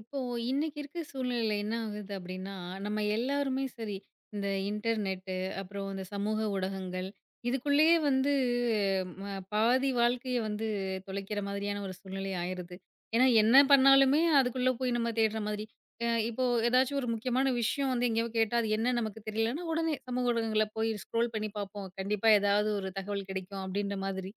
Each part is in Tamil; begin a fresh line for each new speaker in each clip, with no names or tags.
இப்போ இன்னைக்கு இருக்க சூழ்நிலையில என்ன ஆகுது அப்படின்னா, நம்ம எல்லாருமே சரி, இந்த இன்டர்நெட்டு, அப்புறம் இந்த சமூக ஊடகங்கள், இதுக்குள்ளேயே வந்து ம பாதி வாழ்க்கைய வந்து தொலைக்கிற மாதிரியான ஒரு சூழ்நிலை ஆயிருது. ஏன்னா, என்ன பண்ணாலுமே அதுக்குள்ள போய் நம்ம தேடுற மாதிரி. இப்போ ஏதாச்சும் ஒரு முக்கியமான விஷயம் வந்து எங்கேயோ கேட்டா, அது என்ன நமக்கு தெரியலன்னா, உடனே சமூக ஊடகங்கள்ல போய் ஸ்க்ரோல் பண்ணி பார்ப்போம். கண்டிப்பா ஏதாவது ஒரு தகவல் கிடைக்கும் அப்படின்ற மாதிரி.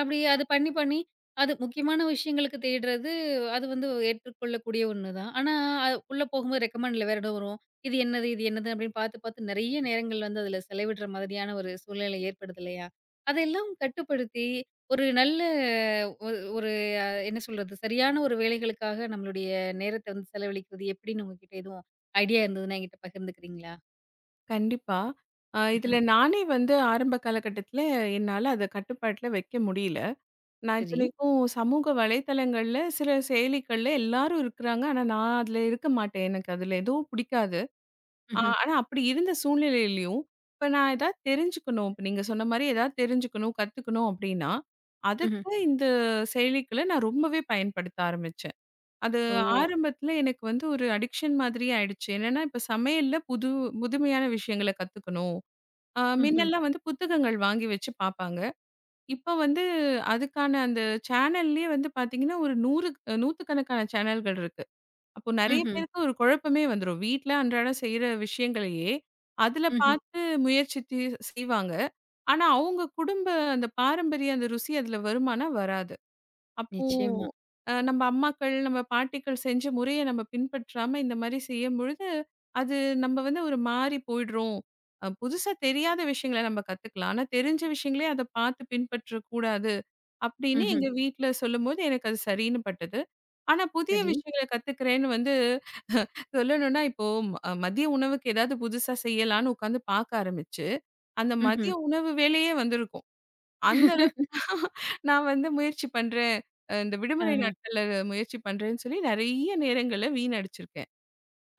அப்படி அது பண்ணி, பண்ணி அது முக்கியமான விஷயங்களுக்கு தேடுறது, அது வந்து ஏற்றுக்கொள்ளக்கூடிய ஒண்ணு தான். ஆனா, அது உள்ள போகும்போது ரெக்கமெண்ட்ல வேற ஏதோ வரும். இது என்னது? இது என்னது? அப்படின்னு பார்த்து, பார்த்து நெறைய நேரங்கள் வந்து அதில செலவிடுற மாதிரியான ஒரு சூழ்நிலை ஏற்படுது இல்லையா? அதெல்லாம் கட்டுப்படுத்தி, ஒரு நல்ல ஒரு ஒரு என்ன சொல்றது? சரியான ஒரு வேலைகளுக்காக நம்மளுடைய நேரத்த வந்து செலவழிக்கிறது எப்படின்னு உங்ககிட்ட எதுவும் ஐடியா இருந்ததுன்னா என்கிட்ட பகிர்ந்துக்கிறீங்களா?
கண்டிப்பா.
ம்ஹ்ம்.
இதுல நானே வந்து ஆரம்ப காலகட்டத்தில என்னால அத கட்டுப்பாட்டுல வைக்க முடியல. நான்
சரி.
இத்தனைக்கும் சமூக வலைதளங்கள்ல சில செயலிகள்ல எல்லாரும் இருக்கிறாங்க. ஆனா, நான் அதுல இருக்க மாட்டேன். எனக்கு அதுல எதுவும் பிடிக்காது.
ம்ஹ்ம்.
ஆனா அப்படி இருந்த சூழ்நிலையிலயும், இப்ப நான் ஏதாவது தெரிஞ்சுக்கணும். இப்ப நீங்க சொன்ன மாரி ஏதாவது தெரிஞ்சுக்கணும், கத்துக்கணும் அப்படின்னா,
ம்ஹ்ம்.
அதுக்கு இந்த செயலிகள நான் ரொம்பவே பயன்படுத்த ஆரம்பிச்சேன். அது
ஓ!
ஆரம்பத்தில எனக்கு வந்து ஒரு அடிக்ஷன் மாதிரி ஆயிடுச்சு. என்னன்னா, இப்ப சமையல்ல புதுமையான விஷயங்கள கத்துக்கணும்.
ம்ஹ்ம்.
மின்னெல்லாம் வந்து புத்தகங்கள் வாங்கி வச்சு பார்ப்பாங்க. இப்ப வந்து அதுக்கான அந்த சேனல்லயே வந்து பார்த்தீங்கன்னா, ஒரு 100க்கணக்கான சேனல்கள் இருக்கு. அப்போ
ம்ஹ்ம்.
நெறைய
ம்ஹ்ம்.
பேருக்கு ஒரு குழப்பமே வந்துரும். வீட்ல அன்றாடம் செய்ற விஷயங்களையே, அதுல
ம்ஹ்ம்.
பார்த்து முயற்சித்து செய்வாங்க. ஆனா, அவங்க குடும்ப அந்த பாரம்பரிய அந்த ருசி அதுல வருமானா? வராது. அப்போ
நிச்சயமா.
நம்ம அம்மாக்கள், நம்ம பாட்டிகள் செஞ்ச முறைய நம்ம பின்பற்றாம இந்த மாரி செய்யும்பொழுது, அது நம்ம வந்து ஒரு மாறி போயிடுறோம். புதுசா தெரியாத விஷயங்கள நம்ம கத்துக்கலாம். ஆனா தெரிஞ்ச விஷயங்களே அத பார்த்து பின்பற்றக்கூடாது. அப்படின்னு
ம்ஹ்ம்.
எங்க வீட்ல சொல்லும்போது எனக்கு அது சரின்னு பட்டது. ஆனா புதிய
சரி.
விஷயங்கள கத்துக்கிறேன்னு வந்து சொல்லணும்னா, இப்போ மதிய உணவுக்கு ஏதாவது புதுசா செய்யலான்னு உட்காந்து பார்க்க ஆரம்பிச்சு, அந்த
ம்ஹ்ம்.
மதிய உணவு வேலையே வந்திருக்கும். அந்த நான் வந்து முயற்சி பண்றேன். இந்த விடுமுறை
ஆஹ.
நாட்கள்ல முயற்சி பண்றேன்னு சொல்லி நெறைய நேரங்கள வீணடிச்சிருக்கேன்.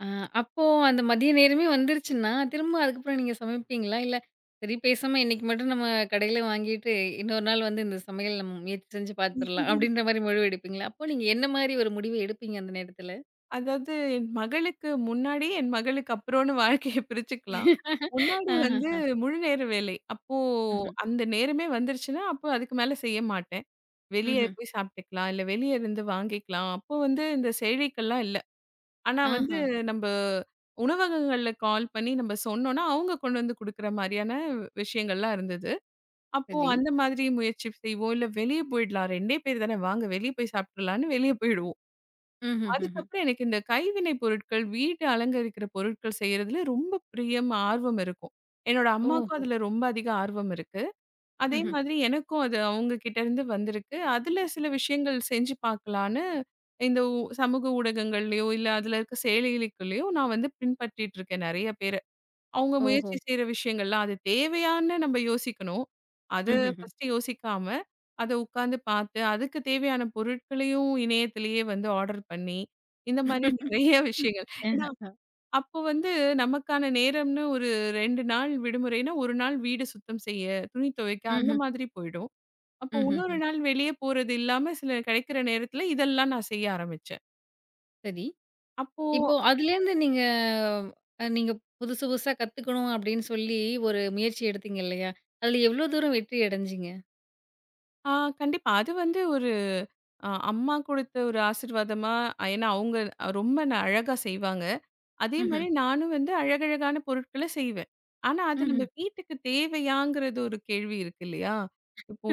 ஆ அப்போ அந்த மதிய நேரமே வந்துருச்சுன்னா, திரும்ப அதுக்கப்புறம் நீங்க சமைப்பீங்களா? இல்ல சரி பேசாம இன்னைக்கு மட்டும் நம்ம கடையில வாங்கிட்டு, இன்னொரு நாள் வந்து இந்த சமையல் நம்ம முயற்சி செஞ்சு பார்த்துரலாம் அப்படின்ற மாரி முடிவு எடுப்பீங்களா? அப்போ நீங்க என்ன மாரி ஒரு முடிவு எடுப்பீங்க அந்த நேரத்துல?
அதாவது என் மகளுக்கு முன்னாடி, என் மகளுக்கு அப்புறம்னு வாழ்க்கைய பிரிச்சுக்கலாம். முன்னாடி வந்து
ஆஹஹ.
முழு நேர வேலை. அப்போ
ம்ஹ்ம்.
அந்த நேரமே வந்துருச்சுன்னா, அப்போ அதுக்கு மேல செய்ய மாட்டேன். வெளிய
ம்ஹ்ம்.
போய் சாப்பிட்டுக்கலாம், இல்ல வெளிய இருந்து வாங்கிக்கலாம். அப்போ வந்து இந்த செயலிகள்லாம் இல்ல. ஆனா வந்து
ஆஹா.
நம்ப உணவகங்கள்ல கால் பண்ணி நம்ப சொன்னோம்னா, அவங்க கொண்டு வந்து குடுக்குற மாரியான விஷயங்கள்லாம் இருந்தது. அப்போ
சரி.
அந்த மாதிரி முயற்சி செய்வோம். இல்ல வெளிய போயிடலாம். 2 பேர் தானே வாங்க வெளிய போய் சாப்பிடலான்னு வெளிய போயிடுவோம்.
ம்ஹ்ஹ்ஹ்ம்.
அதுக்கப்புறம் எனக்கு இந்த கைவினை பொருட்கள், வீட்ட அலங்கரிக்கிற பொருட்கள் செய்றதுல ரொம்ப பிரியம், ஆர்வம் இருக்கும். என்னோட அம்மாக்கும்
ஓஹோ!
அதுல ரொம்ப அதிக ஆர்வம் இருக்கு. அதே
ம்ஹ்ம்.
மாதிரி எனக்கும் அது அவங்க கிட்ட இருந்து வந்திருக்கு. அதுல சில விஷயங்கள் செஞ்சு பார்க்கலான்னு இந்த சமூக ஊடகங்கள்லயோ, இல்ல அதுல இருக்க செயலிகளுக்குள்ளயோ நான் வந்து பின்பற்றிட்டு இருக்கேன் நெறைய பேர. அவங்க
ஓஹோ!
முயற்சி செய்ற விஷயங்கள்லாம் அது தேவையான்னு நம்ம யோசிக்கணும். அத
ம்ஹ்ஹ்ம்.
ஃபர்ஸ்ட்டு யோசிக்காம, அத உட்காந்து பார்த்து, அதுக்கு தேவையான பொருட்களையும் இணையத்திலேயே வந்து ஆர்டர் பண்ணி, இந்த மாரி நெறைய விஷயங்கள். ஏன்னா,
ஆஹ.
அப்போ வந்து நமக்கான நேரம்னு ஒரு 2 நாள் விடுமுறைன்னா, 1 நாள் வீடு சுத்தம் செய்ய, துணி துவைக்க அந்த
ம்ஹ்ம்.
மாதிரி போயிடும். அப்போ
ம்ஹ்ஹ்ம்.
இன்னொரு நாள் வெளிய போறது இல்லாம சில கிடைக்கிற நேரத்தில இதெல்லாம் நான் செய்ய ஆரம்பிச்சேன்.
சரி.
அப்போ
இப்போ அதுலேருந்து நீங்க நீங்க புதுசு புதுசா கத்துக்கணும் அப்படின்னு சொல்லி ஒரு முயற்சி எடுத்தீங்க இல்லையா? அதுல எவ்ளோ தூரம் வெற்றி அடைஞ்சீங்க?
ஆ கண்டிப்பா. அது வந்து ஒரு அம்மா குடுத்த ஒரு ஆசீர்வாதமா ஏன்னா, அவங்க ரொம்ப அழகா செய்வாங்க. அதே
ம்ஹ்ம்.
மாரி நானும் வந்து அழகழகான பொருட்கள செய்வேன். ஆனா, அது
ம்ஹ்ம்.
நம்ம வீட்டுக்கு தேவையாங்கிறது ஒரு கேள்வி இருக்கு இல்லையா? இப்போ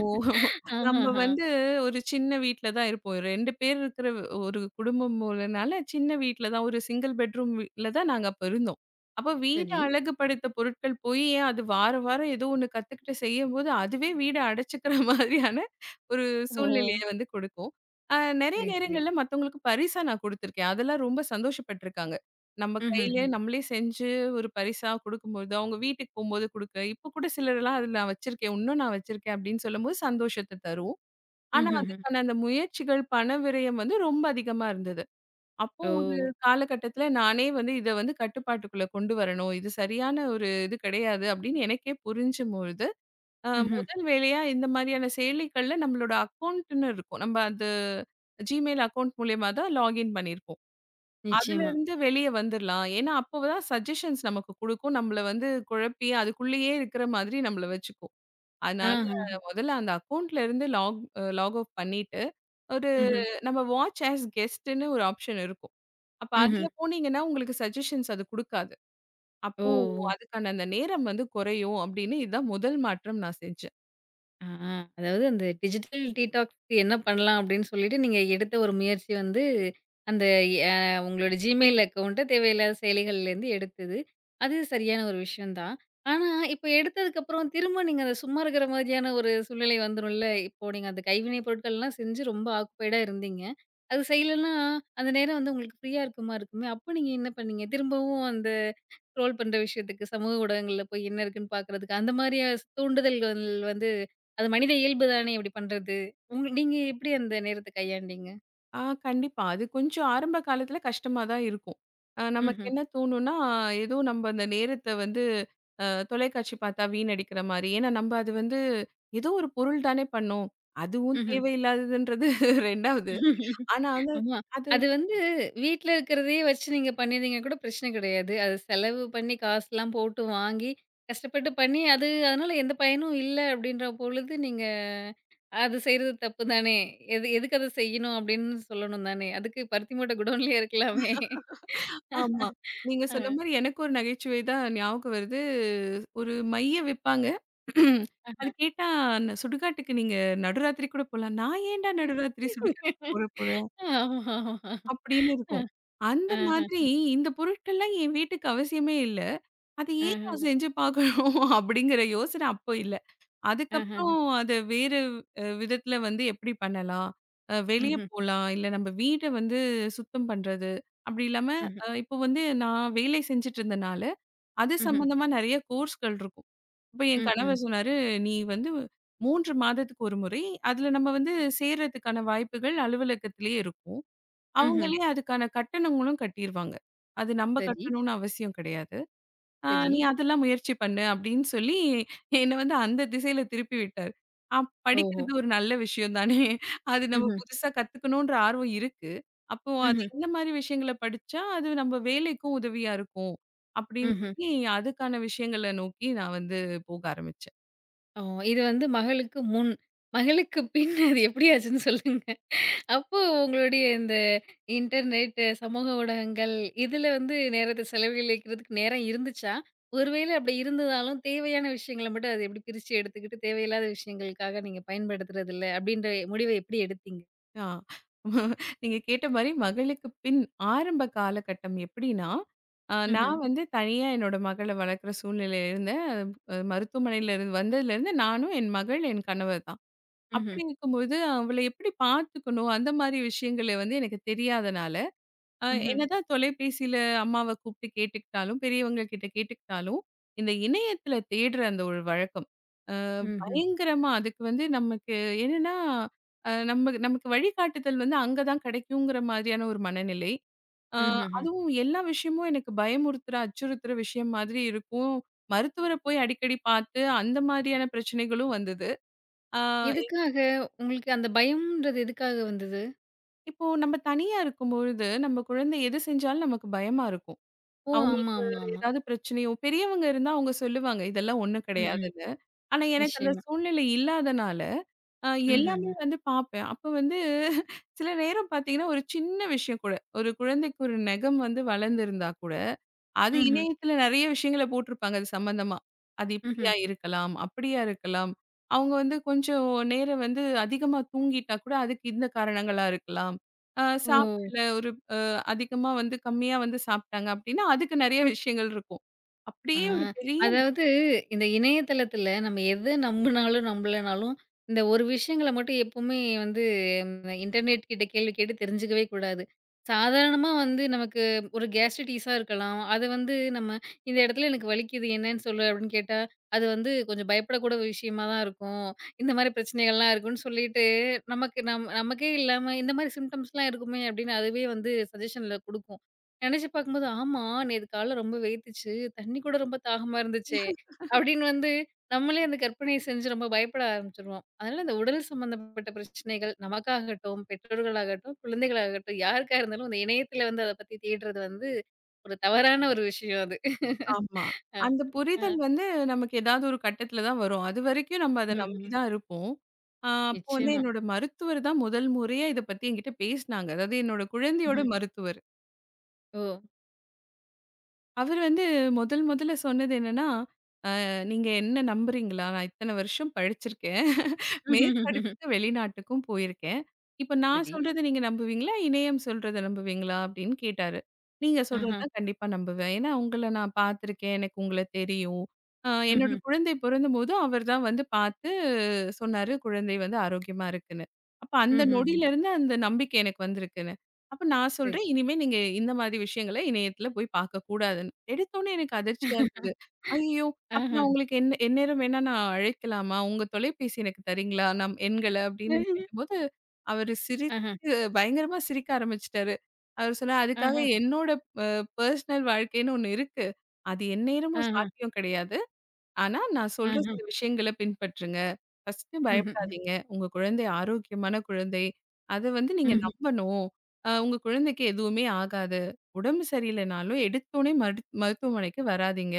நம்ம
ஆஹஹா!
வந்து ஒரு சின்ன வீட்ல தான் இருப்போம். 2 பேர் இருக்கிற ஒரு குடும்பம் போலனால சின்ன வீட்ல தான் ஒரு சிங்கிள் பெட்ரூம் வீட்ல தான் நாங்க அப்ப இருந்தோம். அப்ப வீட
சரி.
அழகுபடுத்த பொருட்கள் போய் ஏன் அது வாரம் வாரம் ஏதோ ஒண்ணு கத்துக்கிட்டு செய்யும்போது, அதுவே வீட அடைச்சுக்கிற மாதிரியான ஒரு
ஓ!
சூழ்நிலைய வந்து கொடுக்கும். அ நெறைய
சரி, சரி.
நேரங்கள்ல மத்தவங்களுக்கு பரிசா நான் குடுத்துருக்கேன். அதெல்லாம் ரொம்ப சந்தோஷப்பட்டுருக்காங்க. நம்ம கையிலயே
ம்ஹ்ஹ்ம்.
நம்மளே செஞ்சு ஒரு பரிசா குடுக்கும்போது, அவங்க வீட்டுக்கு போம்போது குடுக்க, இப்போ கூட சிலர்லாம் அதில நான் வச்சிருக்கேன். இன்னும் நான் வச்சிருக்கேன் அப்படின்னு சொல்லும்போது சந்தோஷத்த தரும். ஆனா
ம்ஹ்ஹ்ம்.
அதுக்கான அந்த முயற்சிகள், பண விரயம் வந்து ரொம்ப அதிகமா இருந்தது. அப்போ
ஓ!
ஒரு காலகட்டத்தில நானே வந்து இத வந்து கட்டுப்பாட்டுக்குள்ள கொண்டு வரணும். இது சரியான ஒரு இது கிடையாது அப்படின்னு எனக்கே புரிஞ்சும்பொழுது, அ
ம்ஹ்ம்.
முதல் வேலையா இந்த மாதிரியான செயலிகள்ல நம்மளோட அக்கவுண்ட்ன்னு இருக்கும். நம்ம அது Gmail அக்கவுண்ட் மூலியமா தான் லாகின் பண்ணியிருப்போம்.
நிச்சயமா.
அதுலருந்து வெளிய வந்துரலாம். ஏன்னா, அப்பதான் சஜஷன்ஸ் நமக்கு குடுக்கும். நம்மள வந்து குழப்பி, அதுக்குள்ளேயே இருக்கிற மாதிரி நம்மள வச்சுக்கும். அதனால
ஆஹ.
முதல்ல அந்த அக்கவுண்ட்லருந்து லாக் ஆஃப் பண்ணிட்டு, ஒரு
ம்ஹ்ம்.
நம்ம வாட்ச் ஆஸ் கெஸ்ட்டுன்னு ஒரு ஆப்ஷன் இருக்கும். அப்ப
ம்ஹ்ம்.
அதுல போனீங்கன்னா, உங்களுக்கு சஜஷன்ஸ் அது குடுக்காது. அப்போ
ஓ!
அதுக்கான அந்த நேரம் வந்து குறையும் அப்படின்னு, இதுதான் முதல் மாற்றம் நான் செஞ்சேன்.
ஆ அதாவது அந்த டிஜிட்டல் டீடாக்ஸ்க்கு என்ன பண்ணலாம் அப்படின்னு சொல்லிட்டு நீங்க எடுத்த ஒரு முயற்சி வந்து அந்த அ, உங்களோட ஜிமெயில் அக்கௌண்ட்டை தேவையில்லாத செயலிகள்லேருந்து எடுத்தது அது சரியான ஒரு விஷயம்தான். ஆனா இப்போ எடுத்ததுக்கு அப்புறம் திரும்ப நீங்க அதை சும்மா இருக்கிற மாதிரியான ஒரு சூழ்நிலை வந்துரும்ல. இப்போ நீங்க அந்த கைவினை பொருட்கள்லாம் செஞ்சு ரொம்ப ஆக்குப்பைடா இருந்தீங்க. அது செய்யலைன்னா அந்த நேரம் வந்து உங்களுக்கு ஃப்ரீயா இருக்குமா இருக்குமே. அப்போ நீங்க என்ன பண்ணீங்க திரும்பவும் அந்த ஸ்க்ரோல் பண்ற விஷயத்துக்கு, சமூக ஊடகங்கள்ல போய் என்ன இருக்குன்னு பாக்குறதுக்கு, அந்த மாரியா தூண்டுதல்கள் வந்து அது மனித இயல்பு தானே இப்டி பண்றது. உங்க நீங்க எப்டி அந்த நேரத்த கையாண்டீங்க?
ஆ கண்டிப்பா. அது கொஞ்சம் ஆரம்ப காலத்துல கஷ்டமா தான் இருக்கும். நமக்கு
ம்ஹ்ம்.
என்ன தோணும்னா, ஏதோ நம்ம அந்த நேரத்த வந்து அ தொலைக்காட்சி பார்த்தா வீணடிக்கிற மாரி. ஏன்னா, நம்ம அது வந்து ஏதோ ஒரு பொருள் தானே பண்ணோம். அதுவும்
ம்ஹ்ம்.
தேவையில்லாததுன்றது 2வது. ஆனா வந்து
ஆமா.
அது
அது வந்து வீட்ல இருக்கிறதையே வச்சு நீங்க பண்ணியிருந்தீங்கன்னா கூட பிரச்சனை கிடையாது. அது செலவு பண்ணி காசுலாம் போட்டு வாங்கி, கஷ்டப்பட்டு பண்ணி அது அதனால எந்த பயனும் இல்ல அப்டின்ற பொழுது, நீங்க அது செய்றது தப்பு தானே. எது எதுக்கு அத செய்யணும் அப்டின்னு சொல்லணும் தானே. அதுக்கு பருத்தி மூட்டை குடோன்லயே இருக்கலாமே.
ஆமா. நீங்க
அ.
சொன்ன மாரி எனக்கு ஒரு நகைச்சுவை தான் ஞாபகம் வருது. ஒரு மைய விப்பாங்க. அது கேட்டா "சுடுகாட்டுக்கு நீங்க நடுராத்திரி கூட போலாம்." நான் ஏன்டா நடுராத்திரி சுடுகாட்டுக்கு போற போறேன்?
ஆமா, ஆமா.
அப்படின்னு
அ,
இருக்கும். அந்த
ஆஹ,
மாதிரி இந்த பொருட்கள்லாம் என் வீட்டுக்கு அவசியமே இல்ல. அத ஏன்
ஆஹஹ,
நான் செஞ்சு பார்க்கணும் அப்படிங்கிற யோசனை அப்போ இல்ல. அதுக்கப்புறம்
ஆஹஹ.
அத வேறு விதத்துல வந்து எப்படி பண்ணலாம்? வெளிய
ம்ஹ்ம்,
போலாம். இல்ல நம்ம வீட வந்து சுத்தம் பண்றது. அப்படி இல்லாம
ம்ஹ்ம்,
இப்போ வந்து நான் வேலை செஞ்சுட்டு இருந்தனால, அது
ம்ஹ்ம்,
சம்பந்தமா நெறைய கோர்ஸ்கள் இருக்கும். அப்ப என்
ம், ம்,
கணவர் சொன்னாரு, "நீ வந்து 3 மாதத்துக்கு ஒரு முறை, அதுல நம்ம வந்து சேர்றதுக்கான வாய்ப்புகள் அலுவலகத்திலேயே இருக்கும்.
ம்ஹ்ம்.
அவங்களே அதுக்கான கட்டணங்களும் கட்டிருவாங்க. அது நம்ம
சரி,
கட்டணும்னு அவசியம் கிடையாது.
சரி.
நீ அதெல்லாம் முயற்சி பண்ணு அப்படின்னு சொல்லி, என்ன வந்து அந்த திசையில திருப்பி விட்டாரு. அப்
ஓஹோ!
படிக்கிறது ஒரு நல்ல விஷயம் தானே! அது நம்ம
ம்ஹ்ம்,
புதுசா கத்துக்கணுன்ற ஆர்வம் இருக்கு. அப்போ அது
ம்ஹ்ம்,
இந்த மாரி விஷயங்கள படிச்சா, அது நம்ம வேலைக்கும் உதவியா இருக்கும். அப்படின்னு
ம்ஹ்ம்.
சொல்லி, அதுக்கான விஷயங்கள நோக்கி நான் வந்து போக ஆரம்பிச்சேன்.
ஓ! இது வந்து மகளுக்கு முன், மகளுக்கு பின் அது எப்படி ஆச்சுன்னு சொல்லுங்க. அப்போ உங்களுடைய இந்த இன்டர்நெட், சமூக ஊடகங்கள் இதுல வந்து நேரத்த செலவழிக்கிறதுக்கு நேரம் இருந்துச்சா? ஒரு வேளை அப்படி இருந்ததாலும், தேவையான விஷயங்கள மட்டும் அத எப்படி பிரிச்சு எடுத்துக்கிட்டு, தேவையில்லாத விஷயங்களுக்காக நீங்க பயன்படுத்துறது இல்ல, அப்படின்ற முடிவ எப்படி எடுத்தீங்க?
ஆ. நீங்க கேட்ட மாரி மகளுக்கு பின் ஆரம்ப காலகட்டம் எப்படின்னா, அ ம்.
ம்ஹ்ம்,
நான் வந்து தனியா என்னோட மகள வளர்க்குற சூழ்நிலையில இருந்தேன். மருத்துவமனையில இருந்து வந்ததுலேருந்து நானும், என் மகள், என் கணவர் தான்.
ம்ஹ்ம்.
அப்படி இருக்கும்போது அவள எப்படி பார்த்துக்கணும், அந்த மாரி விஷயங்கள வந்து எனக்கு தெரியாதனால,
ம்ஹ்ம்.
என்னதான் தொலைபேசியில அம்மாவ கூப்பிட்டு கேட்டுக்கிட்டாலும், பெரியவங்க கிட்ட கேட்டுக்கிட்டாலும், இந்த இணையத்தில தேடுற அந்த ஒரு வழக்கம்.
ம்ஹ்ம்.
பயங்கரமா. அதுக்கு வந்து நமக்கு என்னன்னா, நம்ம நமக்கு வழிகாட்டுதல் வந்து அங்க தான் கிடைக்குங்கிற மாதிரியான ஒரு மனநிலை. அ ம்.
ம்ஹ்ஹ்ம்.
அதுவும் எல்லா விஷயமும் எனக்கு பயமுறுத்துற, அச்சுறுத்துற விஷயம் மாதிரி இருக்கும். மருத்துவர போய் அடிக்கடி பார்த்து, அந்த மாதிரியான பிரச்சனைகளும் வந்தது. அ
எதுக்காக உங்களுக்கு அந்த பயம்ன்றது எதுக்காக வந்தது?
இப்போ நம்ம தனியா இருக்கும்பொழுது, நம்ம குழந்தை எது செஞ்சாலும் நமக்கு பயமா இருக்கும்.
ஓ! ஆமா,
அவங்களுக்கு
ஆமா, ஆமா.
ஏதாவது பிரச்சனையோ பெரியவங்க இருந்தா அவங்க சொல்லுவாங்க, இதெல்லாம் ஒண்ணும்
ம், ம்.
கிடையாதுன்னு. ஆனா எனக்கு அந்த
நிச்சயமா.
சூழ்நிலை இல்லாதனால, அ
ம்ஹ்ஹ்ம்.
எல்லாமே வந்து பார்ப்பேன். அப்ப வந்து சில நேரம் பார்த்தீங்கன்னா, ஒரு சின்ன விஷயம் கூட, ஒரு குழந்தைக்கு ஒரு நெகம் வந்து வளர்ந்திருந்தா கூட, அது
ம்ஹ்ம்.
இணையத்தில நெறைய விஷயங்கள போட்டிருப்பாங்க அது சம்மந்தமா. அது
ம்ஹ்ம்.
இப்படியா இருக்கலாம், அப்படியா இருக்கலாம். அவங்க வந்து கொஞ்சம் நேரம் வந்து அதிகமா தூங்கிட்டா கூட, அதுக்கு இந்த காரணங்களா இருக்கலாம். அ ம்.
ஓ!
சாப்பிடல ஒரு அ அதிகமா வந்து கம்மியா வந்து சாப்பிட்டாங்க அப்படின்னா, அதுக்கு நெறைய விஷயங்கள் இருக்கும்.
ஆ,
அப்படியே ஒரு பெரிய
அதாவது இந்த இணையதளத்துல நம்ம எத நம்புனாலும், நம்பலனாலும், இந்த ஒரு விஷயங்கள மட்டும் எப்பவுமே வந்து ம் இன்டர்நெட் கிட்ட கேள்வி கேட்டு தெரிஞ்சுக்கவே கூடாது. சாதாரணமா வந்து நமக்கு ஒரு கேஸ்ட்ரைடிஸா இருக்கலாம். அது வந்து நம்ம இந்த இடத்துல எனக்கு வலிக்குது என்னன்னு சொல்லு அப்படின்னு கேட்டா, அது வந்து கொஞ்சம் பயப்படக்கூட ஒரு விஷயமா தான் இருக்கும். இந்த மாரி பிரச்சனைகள்லாம் இருக்கும்னு சொல்லிட்டு, நமக்கு நமக்கே இல்லாம இந்த மாரி சிம்ப்டம்ஸ்லாம் இருக்குமே அப்படின்னு அதுவே வந்து சஜஷன்ல குடுக்கும். நெனச்சு பார்க்கும்போது, ஆமா நேத்து காலைல ரொம்ப வேத்துச்சு. தண்ணி கூட ரொம்ப தாகமா இருந்துச்சே! அப்படின்னு வந்து நம்மளே அந்த கற்பனைய செஞ்சு ரொம்ப பயப்பட ஆரம்பிச்சுருவோம். அதனால இந்த உடல் சம்மந்தப்பட்ட பிரச்சனைகள் நமக்காகட்டும், பெற்றோர்களாகட்டும், குழந்தைகளாகட்டும் யாருக்கா இருந்தாலும் இந்த இணையத்தில வந்து அத பத்தி தேடுறது வந்து ஒரு தவறான ஒரு விஷயம் அது.
ஆமா.
அ,
அந்த புரிதல்
அ.
வந்து நமக்கு ஏதாவது ஒரு கட்டத்தில தான் வரும். அதுவரைக்கும் நம்ம அத நம்பி
ம்ஹ்ம்.
தான் இருப்போம். அப்போ வந்து
நிச்சயமா.
என்னோட மருத்துவர் தான் முதல் முறையா இத பத்தி என்கிட்ட பேசினாங்க. அதாவது என்னோட குழந்தையோட
ம்ஹ்ம்.
மருத்துவர்.
ஓ!
அவர் வந்து முதல் முதல்ல சொன்னது என்னன்னா, நீங்க என்ன நம்புறீங்களா? நான் இத்தன வருஷம் படிச்சிருக்கேன்."
ம்ஹ்ஹ்ஹ்ம்.
மேற்படிப்புக்கு வெளிநாட்டுக்கும் போயிருக்கேன். இப்ப நான்
சரி.
சொல்றத நீங்க நம்புவீங்களா? இணையம் சொல்றத நம்புவீங்களா? அப்படின்னு கேட்டாரு. நீங்க சொல்றது
ஆஹா.
தான் கண்டிப்பா நம்புவேன். ஏன்னா உங்கள நான் பார்த்துருக்கேன். எனக்கு உங்கள தெரியும். என்னோட
ம்ஹ்ம்.
குழந்தை பொறந்தபோது அவர் தான் வந்து பார்த்து சொன்னாரு. குழந்தை வந்து ஆரோக்கியமா இருக்குன்னு. அப்ப அந்த
ம்ஹ்ஹ்ம்.
நொடியிலருந்து அந்த நம்பிக்கை எனக்கு வந்திருக்குன்னு. அப்ப நான்
சரி.
சொல்றேன், "இனிமே நீங்க இந்த மாதிரி விஷயங்கள இணையத்துல போய் பார்க்கக்கூடாதுன்னு." எடுத்தோனே எனக்கு அதிர்ச்சியா இருந்தது. ஐயய்யோ! அப்ப
ஆஹா.
நான் உங்களுக்கு என் எந்நேரம் வேணா நான் அழைக்கலாமா? உங்க தொலைபேசி எனக்கு தரீங்களா? நம் எண்கள அப்படின்னு கேட்டபோது, அவரு சிரிச்சு
ஆஹா.
பயங்கரமா சிரிக்க ஆரம்பிச்சுட்டாரு. அவரு சொன்னாரு, "அதுக்காக
ஆஹா.
என்னோட அ பர்சனல் வாழ்க்கைன்னு ஒண்ணு இருக்கு. அது எந்நேரமும்
ஆஹா.
சாத்தியம் கிடையாது." ஆனா, நான் சொல்ற
ஆஹா.
சில விஷயங்கள பின்பற்றுங்க. ஃபர்ஸ்ட்டு
ம்ஹ்ஹ்ம்.
பயப்படாதீங்க. உங்க குழந்தை ஆரோக்கியமான குழந்தை. அத வந்து நீங்க
ம்ஹ்ம்.
நம்பணும். உங்க குழந்தைக்கு எதுவுமே ஆகாது. உடம்பு சரியில்லைனாலும் எடுத்தோனே மருத்துவமனைக்கு வராதீங்க.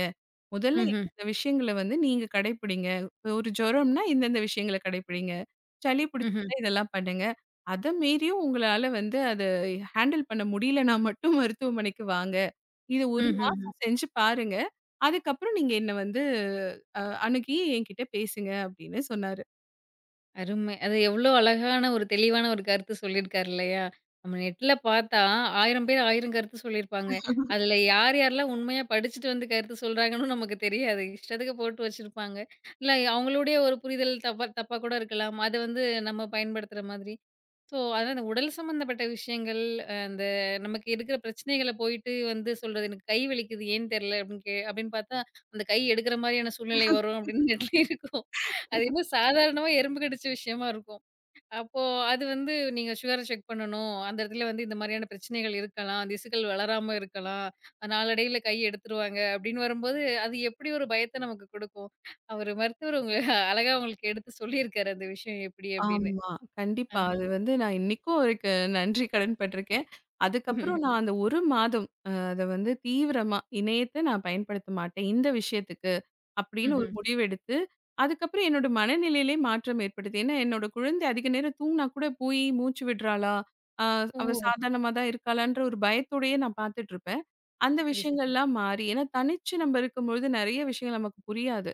முதல்ல
ம்ஹ்ம்.
இந்தந்த விஷயங்கள வந்து நீங்க கடைப்பிடிங்க. இப்ப ஒரு ஜுரம்னா இந்தந்த விஷயங்கள கடைப்பிடிங்க. சளி பிடிச்சிருந்தா இதெல்லாம் பண்ணுங்க. அத மீறியும் உங்களால வந்து அத ஹேண்டில் பண்ண முடியலனா மட்டும் மருத்துவமனைக்கு வாங்க. இது 1
ம்ஹ்ஹ்ம்.
மாசம் செஞ்சு பாருங்க. அதுக்கப்புறம் நீங்க என்ன வந்து அணுகி என்கிட்ட பேசுங்க அப்படின்னு சொன்னாரு.
அருமை. அது எவ்ளோ அழகான ஒரு தெளிவான ஒரு கருத்து சொல்லியிருக்காரு இல்லையா? நம்ம நெட்ல பார்த்தா 1000 பேர் 1000 கருத்து சொல்லியிருப்பாங்க. அதுல யார் யாரெல்லாம் உண்மையா படிச்சுட்டு வந்து கருத்து சொல்றாங்கன்னு நமக்கு தெரியாது. இஷ்டத்துக்கு போட்டு வச்சிருப்பாங்க. இல்ல அவங்களுடைய ஒரு புரிதல் தப்பா தப்பா கூட இருக்கலாம். அது வந்து நம்ம பயன்படுத்துற மாதிரி. ஸோ அதான் அந்த உடல் சம்மந்தப்பட்ட விஷயங்கள், அந்த நமக்கு இருக்கிற பிரச்சனைகள போயிட்டு வந்து சொல்றது, எனக்கு கை வலிக்குது ஏன்னு தெரியல அப்படின்னு அப்படின்னு பார்த்தா, அந்த கை எடுக்கிற மாரியான சூழ்நிலை வரும் அப்படின்னு நெட்ல இருக்கும். அது இன்னும் சாதாரணமா எறும்பு கடிச்ச விஷயமா இருக்கும். அப்போ அது வந்து நீங்க சுகர செக் பண்ணணும். அந்த இடத்துல வந்து இந்த மாரியான பிரச்சனைகள் இருக்கலாம். திசுக்கள் வளராம இருக்கலாம். நாளடைவில கை எடுத்துருவாங்க அப்படின்னு வரும்போது, அது எப்படி ஒரு பயத்த நமக்கு குடுக்கும். அவரு மருத்துவர் உங்க அழகா உங்களுக்கு எடுத்து சொல்லியிருக்காரு அந்த விஷயம் எப்படி அப்படின்னு.
ஆமா. கண்டிப்பா.
ஆஹா.
அது வந்து நான் இன்னைக்கும் அவருக்கு நன்றி கடன் பட்டிருக்கேன்.
ம்ஹ்ம்.
அதுக்கப்புறம் நான் அந்த 1 மாதம் அத வந்து தீவிரமா இணையத்த நான் பயன்படுத்த மாட்டேன். இந்த விஷயத்துக்கு. அப்படின்னு ஒரு
ம்ஹ்ம்.
முடிவு எடுத்து, அதுக்கப்புறம் என்னோட மனநிலையிலே மாற்றம் ஏற்படுது. ஏன்னா, என்னோட குழந்தை அதிக நேரம் தூங்குனா கூட போய் மூச்சு விடுறாளா? அ அவ
ஓ!
சாதாரணமா தான் இருக்காளான்ற ஒரு பயத்தோடயே நான் பார்த்துட்டு இருப்பேன். அந்த
சரி, சரி.
விஷயங்கள்லாம் மாறி ஏன்னா தனிச்சு நம்ம இருக்கும்பொழுது நெறைய விஷயங்கள் நமக்கு புரியாது.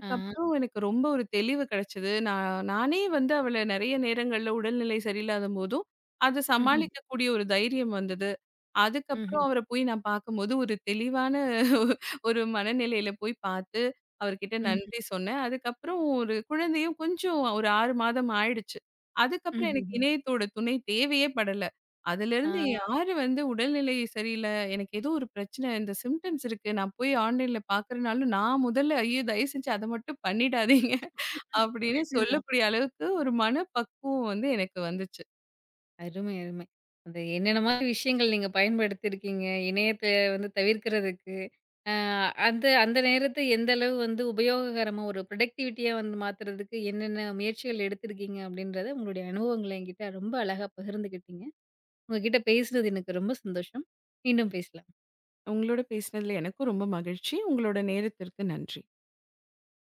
ஆ.
எனக்கு ரொம்ப ஒரு தெளிவு கிடைச்சது. நான் நானே வந்து அவள நெறைய நேரங்கள்ல உடல்நிலை சரியில்லாதபோதும், அத
ம்ஹ்ம்.
சமாளிக்கக்கூடிய ஒரு தைரியம் வந்தது. அதுக்கப்புறம்
ம்ஹ்ம்.
அவர போய் நான் பார்க்கும்போது, ஒரு தெளிவான ஒரு மனநிலையில போய் பார்த்து, அவர்கிட்ட
ம்ஹ்ம்.
நன்றி சொன்னேன். அதுக்கப்புறம் ஒரு குழந்தையும் கொஞ்சம் ஒரு 6 மாதம் ஆயிடுச்சு. அதுக்கப்புறம் எனக்கு
ம்ஹ்ம்.
இணையத்தோட துணை தேவையே படல.
ஆ.
அதிலிருந்து யாரு வந்து உடல்நிலை சரியில்ல, எனக்கு ஏதோ ஒரு பிரச்சனை, இந்த சிம்ப்டம்ஸ் இருக்கு. நான் போய் ஆன்லைன்ல பார்க்குறனாலும், நான் முதல்ல ஐயோ! தயவு செஞ்சு அத மட்டும் பண்ணிடாதீங்க. அப்படின்னு
ம்.
சொல்லக்கூடிய அளவுக்கு ஒரு மனப்பக்குவம் வந்து எனக்கு வந்துச்சு.
அருமை, அருமை. அந்த என்னென்ன மாரி விஷயங்கள் நீங்க பயன்படுத்தியிருக்கீங்க, இணையத்த வந்து தவிர்க்கிறதுக்கு. அ அந்த அந்த நேரத்த எந்த அளவு வந்து உபயோககரமா ஒரு ப்ரொடக்டிவிட்டியா வந்து மாத்துறதுக்கு என்னென்ன முயற்சிகள் எடுத்திருக்கீங்க அப்படின்றத உங்களுடைய அனுபவங்கள என்கிட்ட ரொம்ப அழகா பகிர்ந்துக்கிட்டீங்க. உங்ககிட்ட பேசுனது எனக்கு ரொம்ப சந்தோஷம். மீண்டும் பேசலாம்.
உங்களோட பேசினதுல எனக்கும் ரொம்ப மகிழ்ச்சி. உங்களோட நேரத்திற்கு நன்றி.